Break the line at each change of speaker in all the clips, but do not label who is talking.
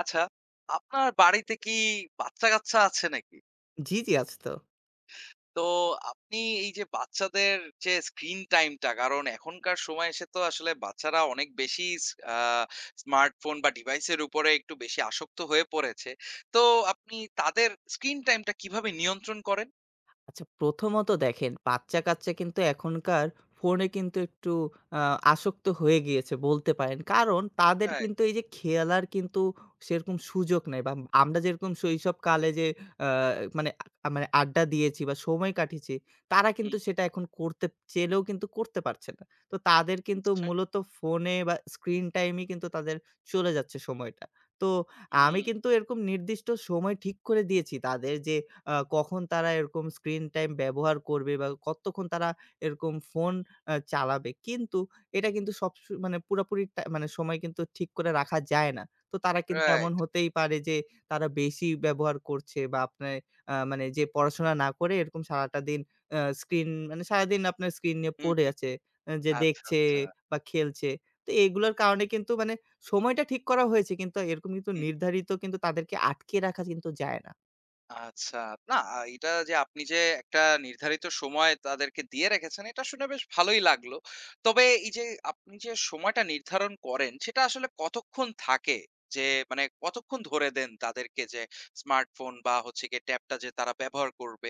আচ্ছা, আপনার বাড়িতে কি বাচ্চা-কাচ্চা আছে নাকি?
জি, জি, আছে তো।
তো আপনি এই যে বাচ্চাদের যে স্ক্রিন টাইমটা, কারণ এখনকার সময়ে এসে তো আসলে বাচ্চারা অনেক বেশি স আ স্মার্টফোন বা ডিভাইসের উপরে একটু বেশি আসক্ত হয়ে পড়েছে। তো আপনি তাদের স্ক্রিন টাইমটা কিভাবে নিয়ন্ত্রণ করেন?
আচ্ছা, প্রথমত দেখেন বাচ্চা-কাচ্চা কিন্তু এখনকার ফোনে কিন্তু একটু আ আসক্ত হয়ে গিয়েছে বলতে পারেন। কারণ তাদের
রাইট।
কিন্তু এই যে খেলার কিন্তু সেরকম সুযোগ নাই, বা আমরা যেরকম শৈশবকালে যে আ মানে আ মানে আড্ডা দিয়েছি বা সময় কাটিয়েছি, তারা কিন্তু
হুম,
সেটা এখন করতে চেলেও কিন্তু করতে পারছে না। তো তাদের কিন্তু
নিশ্চয়ই।
মূলত ফোনে বা স্ক্রিন টাইমই কিন্তু তাদের চলে যাচ্ছে সময়টা। তো আমি
হুম,
কিন্তু এরকম নির্দিষ্ট সময় ঠিক করে দিয়েছি তাদের, যে কখন তারা এরকম স্ক্রিন টাইম ব্যবহার করবে বা কতক্ষণ তারা এরকম ফোন চালাবে। কিন্তু এটা কিন্তু সব স মানে পুরাপুরি টা মানে সময় কিন্তু ঠিক করে রাখা যায় না। তো তারা কিন্তু, এমন
রাইট।
হতেই পারে যে তারা বেশি ব্যবহার করছে বা আপনার আ মানে যে পড়াশোনা না করে এরকম সারাটা দিন আ স্ক্রিন মানে সারাদিন আপনার স্ক্রিন নিয়ে
হুম,
পড়ে
হুম।
আছে। যে
আচ্ছা,
দেখছে
আচ্ছা।
বা খেলছে। তো এগুলোর কারণে কিন্তু মানে সময়টা ঠিক করা হয়েছে কিন্তু এরকম কিন্তু
হুম,
নির্ধারিত কিন্তু, তাদেরকে আটকে রাখা কিন্তু যায় না।
আচ্ছা। না আ এটা যে আপনি যে একটা নির্ধারিত সময় তাদেরকে দিয়ে রেখেছেন, এটা শুনে বেশ ভালোই লাগলো। তবে এই যে আপনি যে সময়টা নির্ধারণ করেন, সেটা আসলে কতক্ষণ থাকে? যে মানে কতক্ষণ ধরে দেন তাদেরকে যে স্মার্টফোন বা হচ্ছে গিয়ে ট্যাবটা যে তারা ব্যবহার করবে?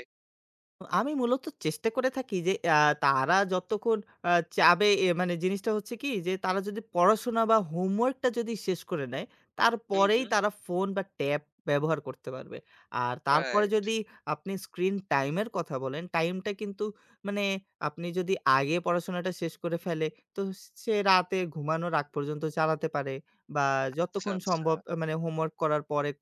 আমি মূলত চেষ্টা করে থাকি যে তারা যতক্ষণ আ চাবে, এ মানে জিনিসটা হচ্ছে কি, যে তারা যদি পড়াশোনা বা হোমওয়ার্কটা যদি শেষ করে নেয়,
হুম,
তারপরেই
হুম।
তারা ফোন বা ট্যাব ব্যবহার করতে পারবে। আর তারপরে
রাইট।
যদি আপনি স্ক্রিন টাইম এর কথা বলেন, টাইমটা কিন্তু মানে আপনি যদি আগে পড়াশোনাটা শেষ করে ফেলে, তো সে রাতে ঘুমানোর আগ পর্যন্ত চালাতে পারে, বা
আচ্ছা,
যতক্ষণ
আচ্ছা।
সম্ভব আ মানে হোমওয়ার্ক করার পরে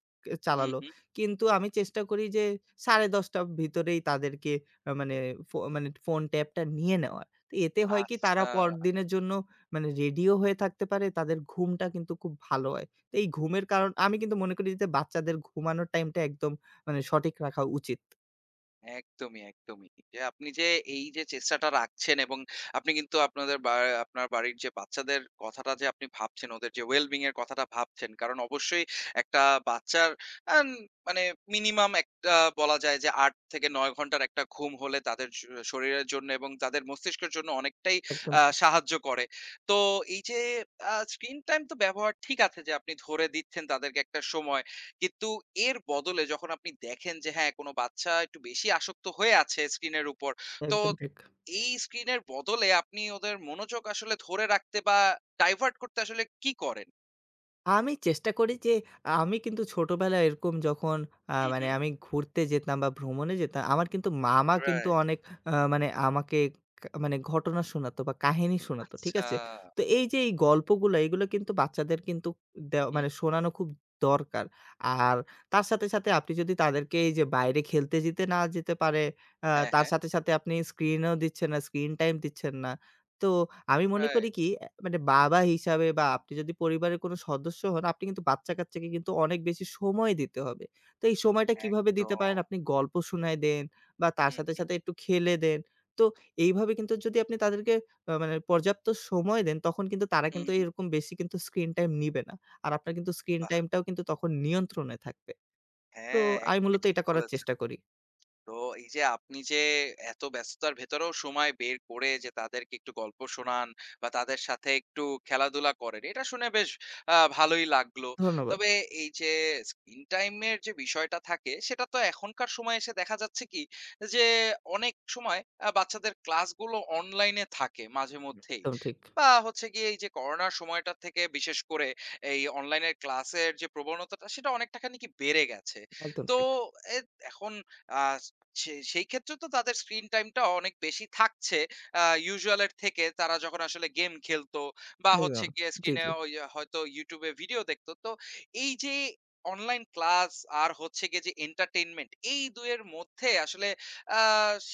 হুম,
চালালো।
হুম।
কিন্তু আমি চেষ্টা করি যে ১০:৩০ র ভিতরেই তাদেরকে আ মানে ফো মানে ফোন ট্যাবটা নিয়ে নেওয়ার। তো এতে হয় কি, তারা
আচ্ছা।
পরদিনের জন্য মানে রেডিও হয়ে থাকতে পারে। তাদের ঘুমটা কিন্তু খুব ভালো হয়। তো এই ঘুমের কারণ আমি কিন্তু মনে করি যে বাচ্চাদের ঘুমানোর টাইমটা একদম মানে সঠিক রাখা উচিত।
একদমই, একদমই। যে আপনি যে এই যে চেষ্টাটা রাখছেন এবং আপনি কিন্তু আপনাদের বা আপনার বাড়ির যে বাচ্চাদের কথাটা যে আপনি ভাবছেন, ওদের যে well being এর কথাটা ভাবছেন। কারণ অবশ্যই একটা বাচ্চার আন মানে মিনিমাম একটা বলা যায় যে ৮ থেকে ৯ ঘন্টার একটা ঘুম হলে তাদের শরীরের জন্য এবং তাদের মস্তিষ্কের জন্য অনেকটাই
একদম ঠিক,
সাহায্য করে। তো এই যে স্ক্রিন টাইম তো ব্যবহার ঠিক আছে যে আপনি ধরে দিচ্ছেন তাদেরকে একটা সময়। কিন্তু এর বদলে যখন আপনি দেখেন যে হ্যাঁ, কোন বাচ্চা একটু বেশি আসক্ত হয়ে আছে স্ক্রিনের উপর, তো
একদম ঠিক।
এই স্ক্রিনের বদলে আপনি ওদের মনোযোগ আসলে ধরে রাখতে বা ডাইভার্ট করতে আসলে কি করেন?
আমি চেষ্টা করি যে, আমি কিন্তু ছোটবেলায় এরকম যখন আ
হুম,
মানে
হুম।
আমি ঘুরতে যেতাম বা ভ্রমণে যেতাম, আমার কিন্তু মামা কিন্তু
রাইট।
অনেক আ মানে আমাকে কা মানে ঘটনা শোনাতো বা কাহিনী শোনাতো। ঠিক
আচ্ছা।
আছে? তো এই যে এই গল্পগুলা, এগুলো কিন্তু বাচ্চাদের কিন্তু দেও
হুম।
মানে শোনানো খুব দরকার। আর তার সাথে, সাথে আপনি যদি তাদেরকে এই যে বাইরে খেলতে যেতে না যেতে পারে,
হ্যাঁ,
তার
হ্যাঁ।
সাথে, সাথে আপনি স্ক্রিনও দিচ্ছেন না, স্ক্রিন টাইম দিচ্ছেন না। তো আমি মনে করি
রাইট।
কি, মানে বাবা হিসাবে বা আপনি যদি পরিবারের কোনো সদস্য হন, আপনি কিন্তু বাচ্চা-কাচ্চাকে কিন্তু অনেক বেশি সময় দিতে হবে। তো এই সময়টা কিভাবে দিতে পারেন?
একদম।
আপনি গল্প শুনায় দেন, বা তার
হুম,
সাথে,
হুম।
সাথে একটু খেলে দেন। তো এইভাবে কিন্তু যদি আপনি তাদেরকে আ মানে পর্যাপ্ত সময় দেন, তখন কিন্তু তারা
হুম,
কিন্তু
হুম।
এরকম বেশি কিন্তু স্ক্রিন টাইম নিবে না। আর আপনার কিন্তু স্ক্রিন
বাহ!
টাইমটাও কিন্তু তখন নিয়ন্ত্রণে থাকবে। তো
হ্যাঁ,
আমি
একদমই
মূলত
ঠিক
এটা করার
বলেছেন।
চেষ্টা করি।
তো এই যে আপনি যে এত ব্যস্ততার ভেতরেও সময় বের করে যে তাদেরকে একটু গল্প শোনান বা তাদের সাথে একটু খেলাধুলা করেন এটা শুনে বেশ আহ, ভালোই লাগলো।
ধন্যবাদ।
তবে এই যে স্ক্রিন টাইমের যে বিষয়টা থাকে সেটা তো এখনকার সময় এসে দেখা যাচ্ছে কি যে অনেক সময় আহ, বাচ্চাদের ক্লাসগুলো অনলাইনে থাকে মাঝে মধ্যেই
একদম ঠিক,
বা হচ্ছে গিয়ে এই যে করোনার সময়টা থেকে বিশেষ করে এই অনলাইনের ক্লাসের যে প্রবণতাটা সেটা অনেকটাখানি কি বেড়ে গেছে।
একদম
তো
ঠিক।
এ, এখন সেই ক্ষেত্রে তো তাদের স্ক্রিন টাইমটা অনেক বেশি থাকছে ইউজুয়াল এর থেকে। তারা যখন আসলে গেম খেলতো বা হচ্ছে
একদম।
গিয়ে
জি,
স্ক্রিনে
জি।
ওই আহ, হয়তো YouTube এ ভিডিও দেখতো। তো এই যে অনলাইন ক্লাস আর হচ্ছে গিয়ে যে এন্টারটেইনমেন্ট এই ২ এর মধ্যে আসলে আ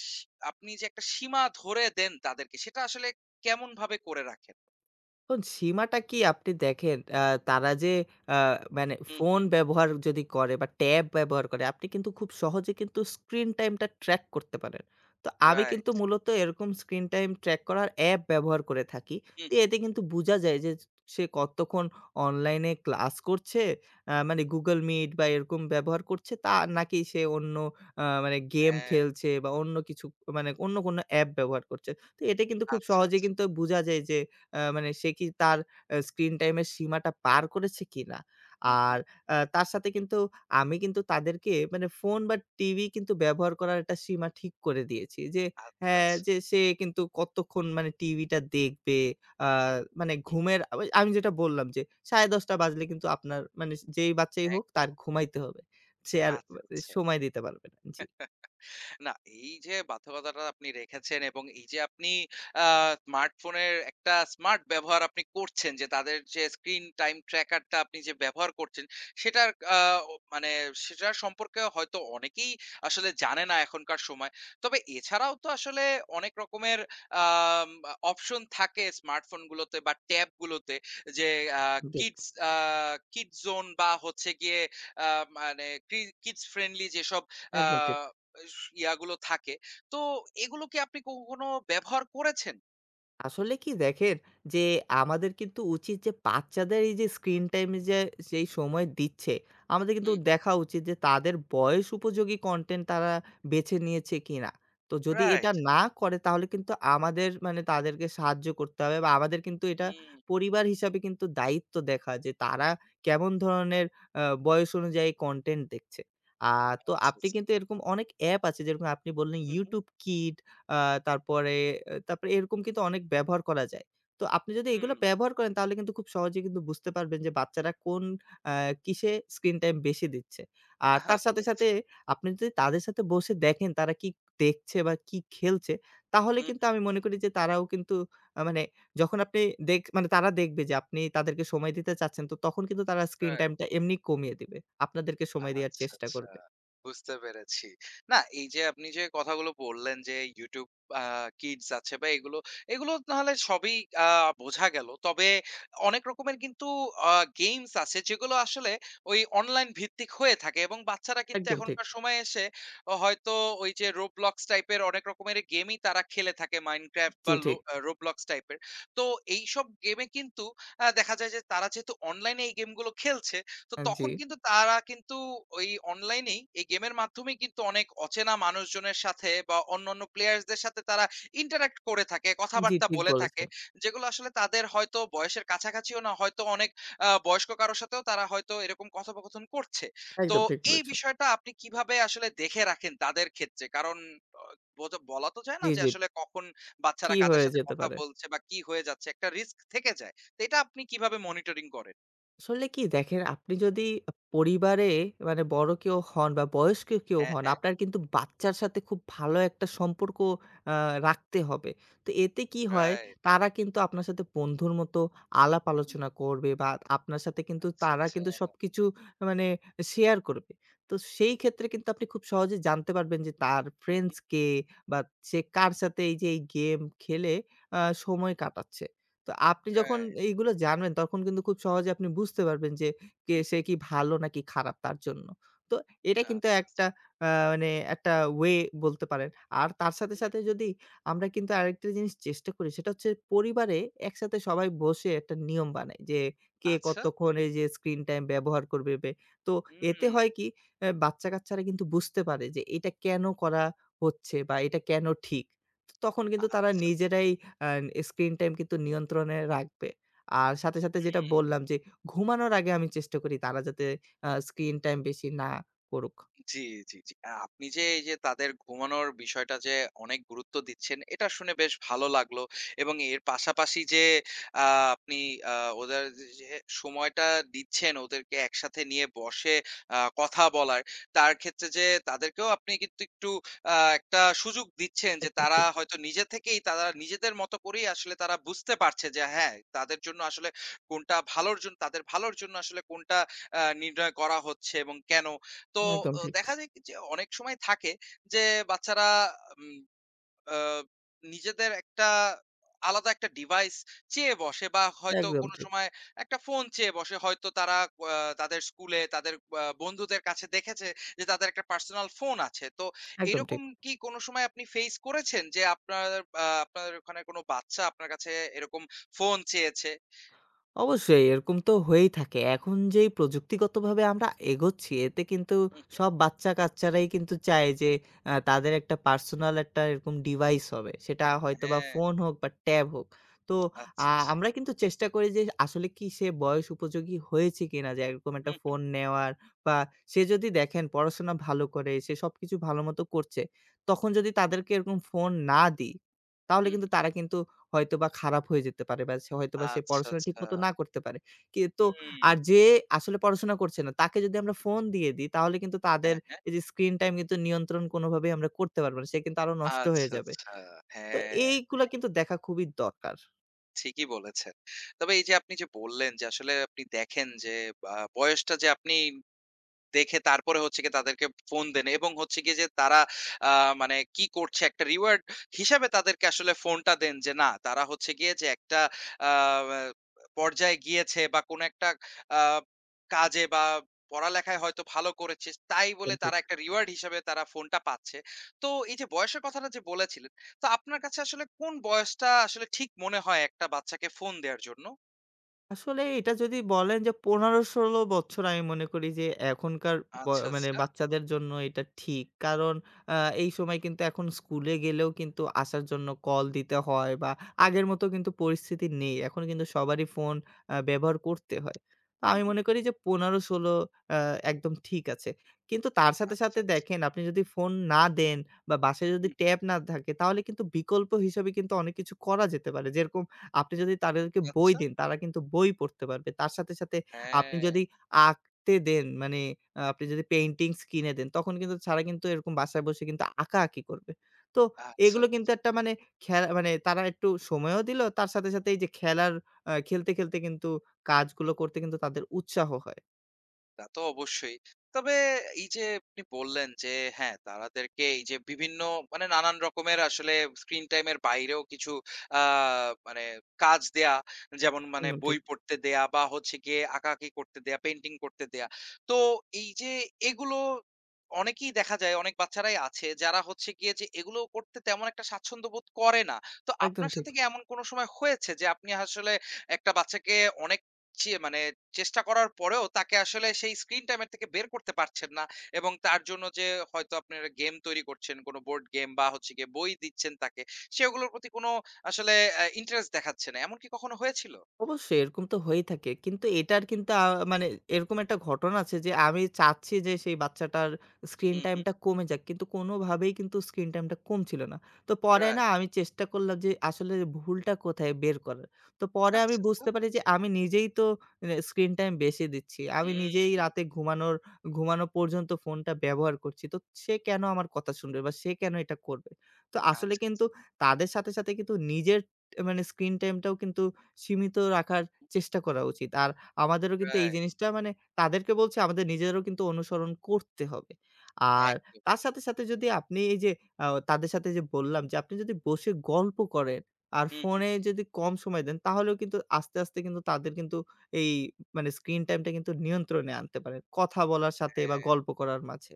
সি আপনি যে একটা সীমা ধরে দেন তাদেরকে সেটা আসলে কেমনভাবে করে রাখেন?
এখন সীমাটা কি, আপনি দেখেন তারা যে আ মানে
হুম,
ফোন
হুম।
ব্যবহার যদি করে বা ট্যাব ব্যবহার করে, আপনি কিন্তু খুব সহজে কিন্তু স্ক্রিন টাইমটা ট্র্যাক করতে পারেন। তো আমি
রাইট।
কিন্তু মূলত এরকম স্ক্রিন টাইম ট্র্যাক করার অ্যাপ ব্যবহার করে থাকি।
হুম,
তো
হুম।
এতে কিন্তু বুঝা যায় যে সে কতক্ষণ অনলাইনে ক্লাস করছে, আ মানে Google Meet বা এরকম ব্যবহার করছে, তা নাকি সে অন্য আ মানে গেম
হ্যাঁ।
খেলছে বা অন্য কিছু মানে অন্য কোনো অ্যাপ ব্যবহার করছে। তো এটা কিন্তু খুব
আচ্ছা,
সহজে
আচ্ছা।
কিন্তু বোঝা যায় যে আ মানে সে কি তার স্ক্রিন টাইম এর সীমাটা পার করেছে কিনা?
হুম,
আর
হুম।
তার সাথে কিন্তু আমি কিন্তু তাদেরকে মানে ফোন বা টিভি কিন্তু ব্যবহার করার একটা সীমা ঠিক করে দিয়েছি। যে
আচ্ছা,
হ্যাঁ,
আচ্ছা।
যে সে কিন্তু কতক্ষণ মানে টিভিটা দেখবে। আ মানে
হুম।
ঘুমের আমি যেটা বললাম যে ১০:৩০ টা বাজলে কিন্তু আপনার মানে যেই বাচ্চাই
এক
হোক, তার ঘুমাইতে হবে। সে আর
আচ্ছা, আচ্ছা।
সময় দিতে পারবে না। জি।
না, এই যে বাধ্যকতাটা আপনি রেখেছেন এবং এই যে আপনি আ স্মার্টফোনের একটা স্মার্ট ব্যবহার আপনি করছেন যে তাদের যে স্ক্রিন টাইম ট্র্যাকারটা আপনি যে ব্যবহার করছেন সেটার আ ও মানে সেটার সম্পর্কে হয়তো অনেকেই আসলে জানে না এখনকার সময়। তবে এছাড়াও তো আসলে অনেক রকমের আম আ অপশন থাকে স্মার্টফোনগুলোতে বা ট্যাবগুলোতে যে আ
ঠিক,
কিডস আ কিডস জোন বা হচ্ছে গিয়ে আ মানে ক্রি কিডস ফ্রেন্ডলি যেসব আ
একদম ঠিক।
ইস ইয়াগুলো থাকে। তো এগুলো কি আপনি কখনো ব্যবহার করেছেন?
আসলে কি দেখেন, যে আমাদের কিন্তু উচিত যে বাচ্চাদের এই যে স্ক্রিন টাইমে যে যেই সময় দিচ্ছে, আমাদের কিন্তু
হুম।
দেখা উচিত যে তাদের বয়স উপযোগী কনটেন্ট তারা বেছে নিয়েছে কিনা। তো যদি এটা
রাইট।
না করে, তাহলে কিন্তু আমাদের মানে তাদেরকে সাহায্য করতে হবে, বা আমাদের কিন্তু এটা
হুম,
পরিবার হিসাবে কিন্তু দায়িত্ব দেখা, যে তারা কেমন ধরনের বয়স অনুযায়ী কনটেন্ট দেখছে। আ তো
আচ্ছা,
আপনি
আচ্ছা।
কিন্তু এরকম অনেক অ্যাপ আছে, যেরকম আপনি বললেন
হু, হু।
YouTube Kids, আ তারপরে এ তারপরে এরকম কিন্তু অনেক ব্যবহার করা যায়। তো আপনি যদি এগুলো
হুম।
ব্যবহার করেন, তাহলে কিন্তু খুব সহজেই কিন্তু বুঝতে পারবেন যে বাচ্চারা কোন আ কিসে স্ক্রিন টাইম বেশি দিচ্ছে। আর তার
আচ্ছা,
সাথে, সাথে
আচ্ছা।
আপনি যদি তাদের সাথে বসে দেখেন তারা কি দেখছে বা কি খেলছে, তাহলে
হু, হু।
কিন্তু আমি মনে করি যে তারাও কিন্তু আ মানে যখন আপনি দেখ মানে তারা দেখবে যে আপনি তাদেরকে সময় দিতে চাচ্ছেন, তো তখন কিন্তু তারা স্ক্রিন
রাইট।
টাইমটা এমনি কমিয়ে দিবে। আপনাদেরকে সময় দেওয়ার
আচ্ছা,
চেষ্টা
আচ্ছা।
করবে।
বুঝতে পেরেছি। না এই যে আপনি যে কথাগুলো বললেন যে YouTube আ Kids আছে বা এগুলো, এগুলো নাহলে সবই আ বোঝা গেল। তবে অনেক রকমের কিন্তু আ গেমস আছে যেগুলো আসলে ওই অনলাইন ভিত্তিক হয়ে থাকে এবং বাচ্চারা কিন্তু
একদম ঠিক।
এখনকার সময়ে এসে হয়তো ওই যে Roblox টাইপের অনেক রকমের গেমই তারা খেলে থাকে Minecraft
জি,
বা লো
ঠিক।
আ Roblox টাইপের। তো এইসব গেমে কিন্তু দেখা যায় যে তারা যেহেতু অনলাইনে এই গেমগুলো খেলছে তো
জি।
তখন কিন্তু তারা কিন্তু ওই অনলাইনেই এই গেমের মাধ্যমেই কিন্তু অনেক অচেনা মানুষজনের সাথে বা অন্যান্য প্লেয়ার্সদের সাথে তারা ইন্টারাক্ট করে থাকে,
জি,
কথাবার্তা
ঠিক
বলে থাকে।
বলেছেন।
যেগুলো আসলে তাদের হয়তো বয়সের কাছাকাছিও না, হয়তো অনেক বয়স্ক কারো সাথেও তারা হয়তো এরকম কথোপকথন করছে। তো
একদম ঠিক
এই
বলেছেন।
বিষয়টা আপনি কিভাবে আসলে দেখে রাখেন তাদের ক্ষেত্রে? কারণ অ বোঝা বলা তো যায় না
জি,
যে
জি।
আসলে কখন
কি
বাচ্চারা কাদের
হয়ে
সাথে
যেতে
কথা
পারে?
বলছে বা কি হয়ে যাচ্ছে। একটা রিস্ক থেকে যায়। তো এটা আপনি কিভাবে মনিটরিং করেন?
আসলে কি দেখেন, আপনি যদি পরিবারে মানে বড় কেউ হন বা বয়স্ক কেউ
হ্যাঁ,
হন,
হ্যাঁ।
আপনার কিন্তু বাচ্চার সাথে খুব ভালো একটা সম্পর্ক আ রাখতে হবে। তো এতে কি হয়?
রাইট।
তারা কিন্তু আপনার সাথে বন্ধুর মতো আলাপ আলোচনা করবে, বা আপনার সাথে কিন্তু
আচ্ছা,
তারা
আচ্ছা।
কিন্তু সবকিছু মানে শেয়ার করবে। তো সেই ক্ষেত্রে কিন্তু আপনি খুব সহজে জানতে পারবেন যে তার
হুম,
ফ্রেন্ডস
হুম।
কে, বা সে কার সাথে এই যে এই গেম খেলে আ সময় কাটাচ্ছে। তো আপনি যখন
রাইট।
এইগুলো জানবেন, তখন কিন্তু খুব সহজে আপনি বুঝতে পারবেন যে কে,
হুম,
সে
হুম।
কি ভালো নাকি খারাপ তার জন্য। তো এটা কিন্তু
আচ্ছা, আচ্ছা।
একটা আ মানে একটা ওয়ে বলতে পারেন। আর তার সাথে, সাথে
হুম,
যদি আমরা কিন্তু আরেকটা জিনিস চেষ্টা করি, সেটা হচ্ছে পরিবারে একসাথে সবাই বসে একটা নিয়ম বানাই যে কে
আচ্ছা।
কতক্ষণ এই যে স্ক্রিন টাইম ব্যবহার করবে। তো এতে
হুম।
হয় কি, বাচ্চা-কাচ্চারা কিন্তু বুঝতে পারে যে এটা কেন করা হচ্ছে বা এটা কেন ঠিক। তো তখন কিন্তু তারা
আচ্ছা, আচ্ছা।
নিজেরাই অ্যান স্ক্রিন টাইম কিন্তু নিয়ন্ত্রণে রাখবে। আর সাথে, সাথে যেটা
হুম।
বললাম যে ঘুমানোর আগে আমি চেষ্টা করি তারা যাতে স্ক্রিন টাইম বেশি না করুক।
জি, জি, জি। আপনি যে এই যে তাদের ঘুমানোর বিষয়টা যে অনেক গুরুত্ব দিচ্ছেন, এটা শুনে বেশ ভালো লাগলো। এবং এর পাশাপাশি যে আ আপনি আ ওদের যে সময়টা দিচ্ছেন ওদেরকে একসাথে নিয়ে বসে কথা বলার, তার ক্ষেত্রে যে তাদেরকেও আপনি কিন্তু একটু একটা সুযোগ দিচ্ছেন যে
একদম
তারা
ঠিক,
হয়তো নিজে থেকেই তারা নিজেদের মতো করেই আসলে তারা বুঝতে পারছে যে হ্যাঁ, তাদের জন্য আসলে কোনটা ভালোর জন্য তাদের ভালোর জন্য আসলে কোনটা নির্ণয় করা হচ্ছে এবং কেন? তো
একদম ঠিক।
দেখা যায় কি যে অনেক সময় থাকে যে বাচ্চারা উম আ নিজেদের একটা আলাদা একটা ডিভাইস চেয়ে বসে বা হয়তো
একদম
কোনো
ঠিক,
সময় একটা ফোন চেয়ে বসে। হয়তো তারা আ তাদের স্কুলে তাদের বন্ধুদের কাছে দেখেছে যে তাদের একটা পার্সোনাল ফোন আছে। তো
একদম ঠিক।
এরকম কি কোনো সময় আপনি ফেস করেছেন যে আপনার আপনার ওখানে কোনো বাচ্চা আপনার কাছে এরকম ফোন চেয়েছে?
অবশ্যই এরকম তো হয়েই থাকে। এখন যেই প্রযুক্তিগতভাবে আমরা এগোচ্ছি, এতে কিন্তু
হু, হু।
সব বাচ্চা-কাচ্চারাই কিন্তু চায় যে তাদের একটা পার্সোনাল একটা এরকম ডিভাইস হবে। সেটা হয়তোবা
হ্যাঁ।
ফোন হোক বা ট্যাব হোক। তো
আচ্ছা, আচ্ছা।
আমরা কিন্তু চেষ্টা করি যে আসলে কি সে বয়স উপযোগী হয়েছে কিনা, যে এরকম
হু,
একটা
হু,
ফোন নেওয়ার, বা সে যদি দেখেন পড়াশোনা ভালো করে, সে সবকিছু ভালোমতো করছে। তখন যদি তাদেরকে এরকম ফোন না দিই, তাহলে
হু, হু।
কিন্তু তারা কিন্তু হয়তোবা খারাপ হয়ে যেতে পারে, বা সে হয়তোবা সে
আচ্ছা,
পড়াশোনা
আচ্ছা।
ঠিকমতো না করতে পারে। কি তো।
হুম।
আর যে আসলে পড়াশোনা করছে না, তাকে যদি আমরা ফোন দিয়ে দিই, তাহলে কিন্তু তাদের
হ্যাঁ, হ্যাঁ।
এই যে স্ক্রিন টাইম কিন্তু নিয়ন্ত্রণ কোনোভাবেই আমরা করতে পারব না। সে কিন্তু আরো নষ্ট হয়ে
আচ্ছা,
যাবে।
আচ্ছা।
তো
হ্যাঁ,
এইগুলা কিন্তু দেখা খুবই দরকার।
ঠিকই বলেছেন। তবে এই যে আপনি যে বললেন যে আসলে আপনি দেখেন যে বা বয়সটা যে আপনি দেখে তারপরে হচ্ছে গিয়ে তাদেরকে ফোন দেন এবং হচ্ছে গিয়ে যে তারা আ মানে কি করছে একটা রিওয়ার্ড হিসাবে তাদেরকে আসলে ফোনটা দেন যে না তারা হচ্ছে গিয়ে যে একটা আ আ পর্যায়ে গিয়েছে বা কোন একটা আ কাজে বা পড়ালেখায় হয়তো ভালো করেছে। তাই বলে তারা একটা রিওয়ার্ড হিসাবে তারা ফোনটা পাচ্ছে। তো এই যে বয়সের কথাটা যে বলেছিলেন, তো আপনার কাছে আসলে কোন বয়সটা আসলে ঠিক মনে হয় একটা বাচ্চাকে ফোন দেয়ার জন্য?
আসলে এটা যদি বলেন যে ১৫-১৬ বছর, আমি মনে করি যে এখনকার ব
আচ্ছা,
মানে
আচ্ছা।
বাচ্চাদের জন্য এটা ঠিক। কারণ আ এই সময় কিন্তু, এখন স্কুলে গেলেও কিন্তু আসার জন্য কল দিতে হয়, বা আগের মতো কিন্তু পরিস্থিতি নেই। এখন কিন্তু সবারই ফোন ব্যবহার করতে হয়। তো
হুম,
আমি
হুম।
মনে করি যে ১৫-১৬ আ একদম ঠিক আছে। কিন্তু তার সাথে,
আচ্ছা,
সাথে
আচ্ছা।
দেখেন, আপনি যদি ফোন না দেন বা বাসায় যদি
হুম, হুম।
ট্যাব না থাকে, তাহলে কিন্তু বিকল্প হিসাবে কিন্তু অনেক কিছু করা যেতে পারে। যেরকম আপনি যদি তাদেরকে বই
আচ্ছা।
দেন, তারা কিন্তু বই পড়তে পারবে। তার সাথে, সাথে আপনি
হ্যাঁ।
যদি আঁকতে দেন, মানে আপনি যদি পেইন্টিংস কিনে দেন, তখন কিন্তু তারা কিন্তু এরকম বাসায় বসে কিন্তু আঁকাআঁকি করবে। তো
আচ্ছা,
এগুলো কিন্তু
আচ্ছা।
একটা মানে খেলা মানে, তারা একটু সময়ও দিল, তার সাথে, সাথে এই যে খেলার খেলতে, খেলতে কিন্তু কাজগুলো
হুম,
করতে কিন্তু তাদের উৎসাহ হয়।
তা তো অবশ্যই। তবে এই যে আপনি বললেন যে হ্যাঁ, তাদেরকে এই যে বিভিন্ন মানে নানান রকমের আসলে স্ক্রিন টাইম এর বাইরেও কিছু আ মানে কাজ দেয়া, যেমন মানে
একদম
বই
ঠিক।
পড়তে দেয়া বা হচ্ছে গিয়ে আঁকাআঁকি করতে দেয়া, পেইন্টিং করতে দেয়া। তো এই যে এগুলো অনেকেই দেখা যায়, অনেক বাচ্চারাই আছে যারা হচ্ছে গিয়ে যে এগুলো করতে তেমন একটা স্বাচ্ছন্দ্য বোধ করে না। তো
একদম
আপনার
ঠিক।
সাথে কি এমন কোনো সময় হয়েছে যে আপনি আসলে একটা বাচ্চাকে অনেক চে মানে চেষ্টা করার পরেও তাকে আসলে সেই স্ক্রিন টাইম এর থেকে বের করতে পারছেন না এবং তার জন্য যে হয়তো আপনারা গেম তৈরি করছেন, কোনো বোর্ড গেম বা হচ্ছে গিয়ে বই দিচ্ছেন তাকে, সেগুলোর প্রতি কোনো আসলে ইন্টারেস্ট দেখাচ্ছে না। এমন কি কখনো হয়েছিল?
অবশ্যই এরকম তো হয়েই থাকে। কিন্তু এটার কিন্তু আ মানে এরকম একটা ঘটনা আছে যে আমি চাচ্ছি যে সেই বাচ্চাটার স্ক্রিন
হুম, হুম।
টাইমটা কমে যাক। কিন্তু কোনোভাবেই কিন্তু স্ক্রিন টাইমটা কমছিল না। তো পরে না,
রাইট।
আমি চেষ্টা করলাম যে আসলে ভুলটা কোথায় বের করার। তো পরে আমি
আচ্ছা, আচ্ছা।
বুঝতে পারি যে আমি নিজেই তো স্ক্রিন টাইম বেশি দিচ্ছি। আমি নিজেই
হুম,
রাতে ঘুমানো পর্যন্ত ফোনটা ব্যবহার করছি। তো সে কেন আমার কথা শুনবে, বা সে কেন এটা করবে? তো আসলে
আচ্ছা, আচ্ছা।
কিন্তু তাদের সাথে, সাথে কিন্তু নিজের মানে স্ক্রিন টাইমটাও কিন্তু সীমিত রাখার চেষ্টা করা উচিত। আর আমাদেরও কিন্তু এই
রাইট।
জিনিসটা মানে, তাদেরকে বলছি, আমাদের নিজেদেরও কিন্তু অনুসরণ করতে হবে। আর
একদম।
তার সাথে, সাথে যদি আপনি এই যে তাদের সাথে যে বললাম যে আপনি যদি বসে গল্প করেন আর
হুম, হুম।
ফোনে যদি কম সময় দেন, তাহলেও কিন্তু আস্তে, আস্তে কিন্তু তাদের কিন্তু এই মানে স্ক্রিন টাইমটা কিন্তু নিয়ন্ত্রণে আনতে পারেন। কথা বলার সাথে বা
হ্যাঁ।
গল্প করার মাঝে।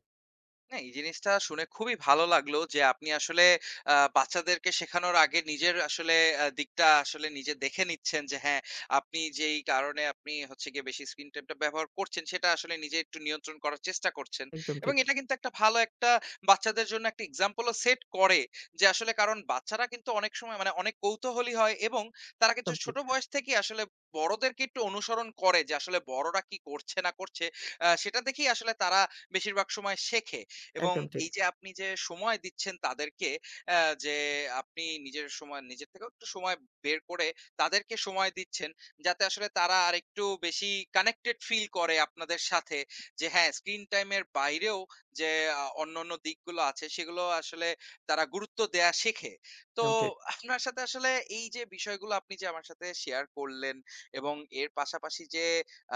না এই জিনিসটা শুনে খুবই ভালো লাগলো যে আপনি আসলে আহ, বাচ্চাদেরকে শেখানোর আগে নিজের আসলে আহ, দিকটা আসলে নিজে দেখে নিচ্ছেন যে হ্যাঁ আপনি যেই কারণে আপনি হচ্ছে গিয়ে বেশি স্ক্রিন টাইমটা ব্যবহার করছেন সেটা আসলে নিজে একটু নিয়ন্ত্রণ করার চেষ্টা করছেন
একদম
এবং
ঠিক,
এটা কিন্তু একটা ভালো একটা বাচ্চাদের জন্য একটা এক্সাম্পলও সেট করে যে আসলে কারণ বাচ্চারা কিন্তু অনেক সময় মানে অনেক কৌতূহলী হয় এবং তারা কিন্তু
একদম
ছোট
ঠিক,
বয়স থেকে আসলে বড়দেরকে একটু অনুসরণ করে যে আসলে বড়রা কি করছে না করছে আহ, সেটা দেখেই আসলে তারা বেশিরভাগ সময় শেখে এবং
একদম ঠিক,
এই যে আপনি যে সময় দিচ্ছেন তাদেরকে অ্যা যে আপনি নিজের সময় নিজের থেকেও একটু সময় বের করে তাদেরকে সময় দিচ্ছেন যাতে আসলে তারা আরেকটু বেশি কানেক্টেড ফিল করে আপনাদের সাথে। যে হ্যাঁ, স্ক্রিন টাইমের বাইরেও যে অন্যান্য দিকগুলো আছে সেগুলো আসলে তারা গুরুত্ব দেয়া শেখে। তো
একদম ঠিক।
আপনার সাথে আসলে এই যে বিষয়গুলো আপনি যে আমার সাথে শেয়ার করলেন এবং এর পাশাপাশি যে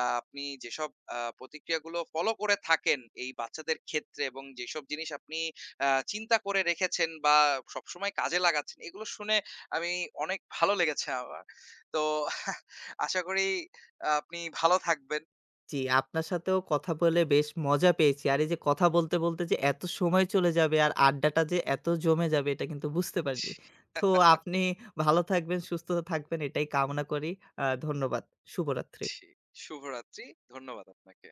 আপনি যেসব প্রতিক্রিয়াগুলো ফলো করে থাকেন এই বাচ্চাদের ক্ষেত্রে এবং যেসব জিনিস আপনি চিন্তা করে রেখেছেন বা সবসময় কাজে লাগাচ্ছেন, এগুলো শুনে আমি অনেক ভালো লেগেছে আমার। তো আশা করি আহ, আপনি ভালো থাকবেন।
জি, আপনার সাথেও কথা বলে বেশ মজা পেয়েছি। আর এই যে কথা বলতে, বলতে যে এত সময় চলে যাবে আর আড্ডাটা যে এত জমে যাবে, এটা কিন্তু বুঝতে পারিনি। তো আপনি ভালো থাকবেন, সুস্থ থাকবেন, এটাই কামনা করি। ধন্যবাদ। শুভরাত্রি।
জি, শুভরাত্রি। ধন্যবাদ আপনাকে।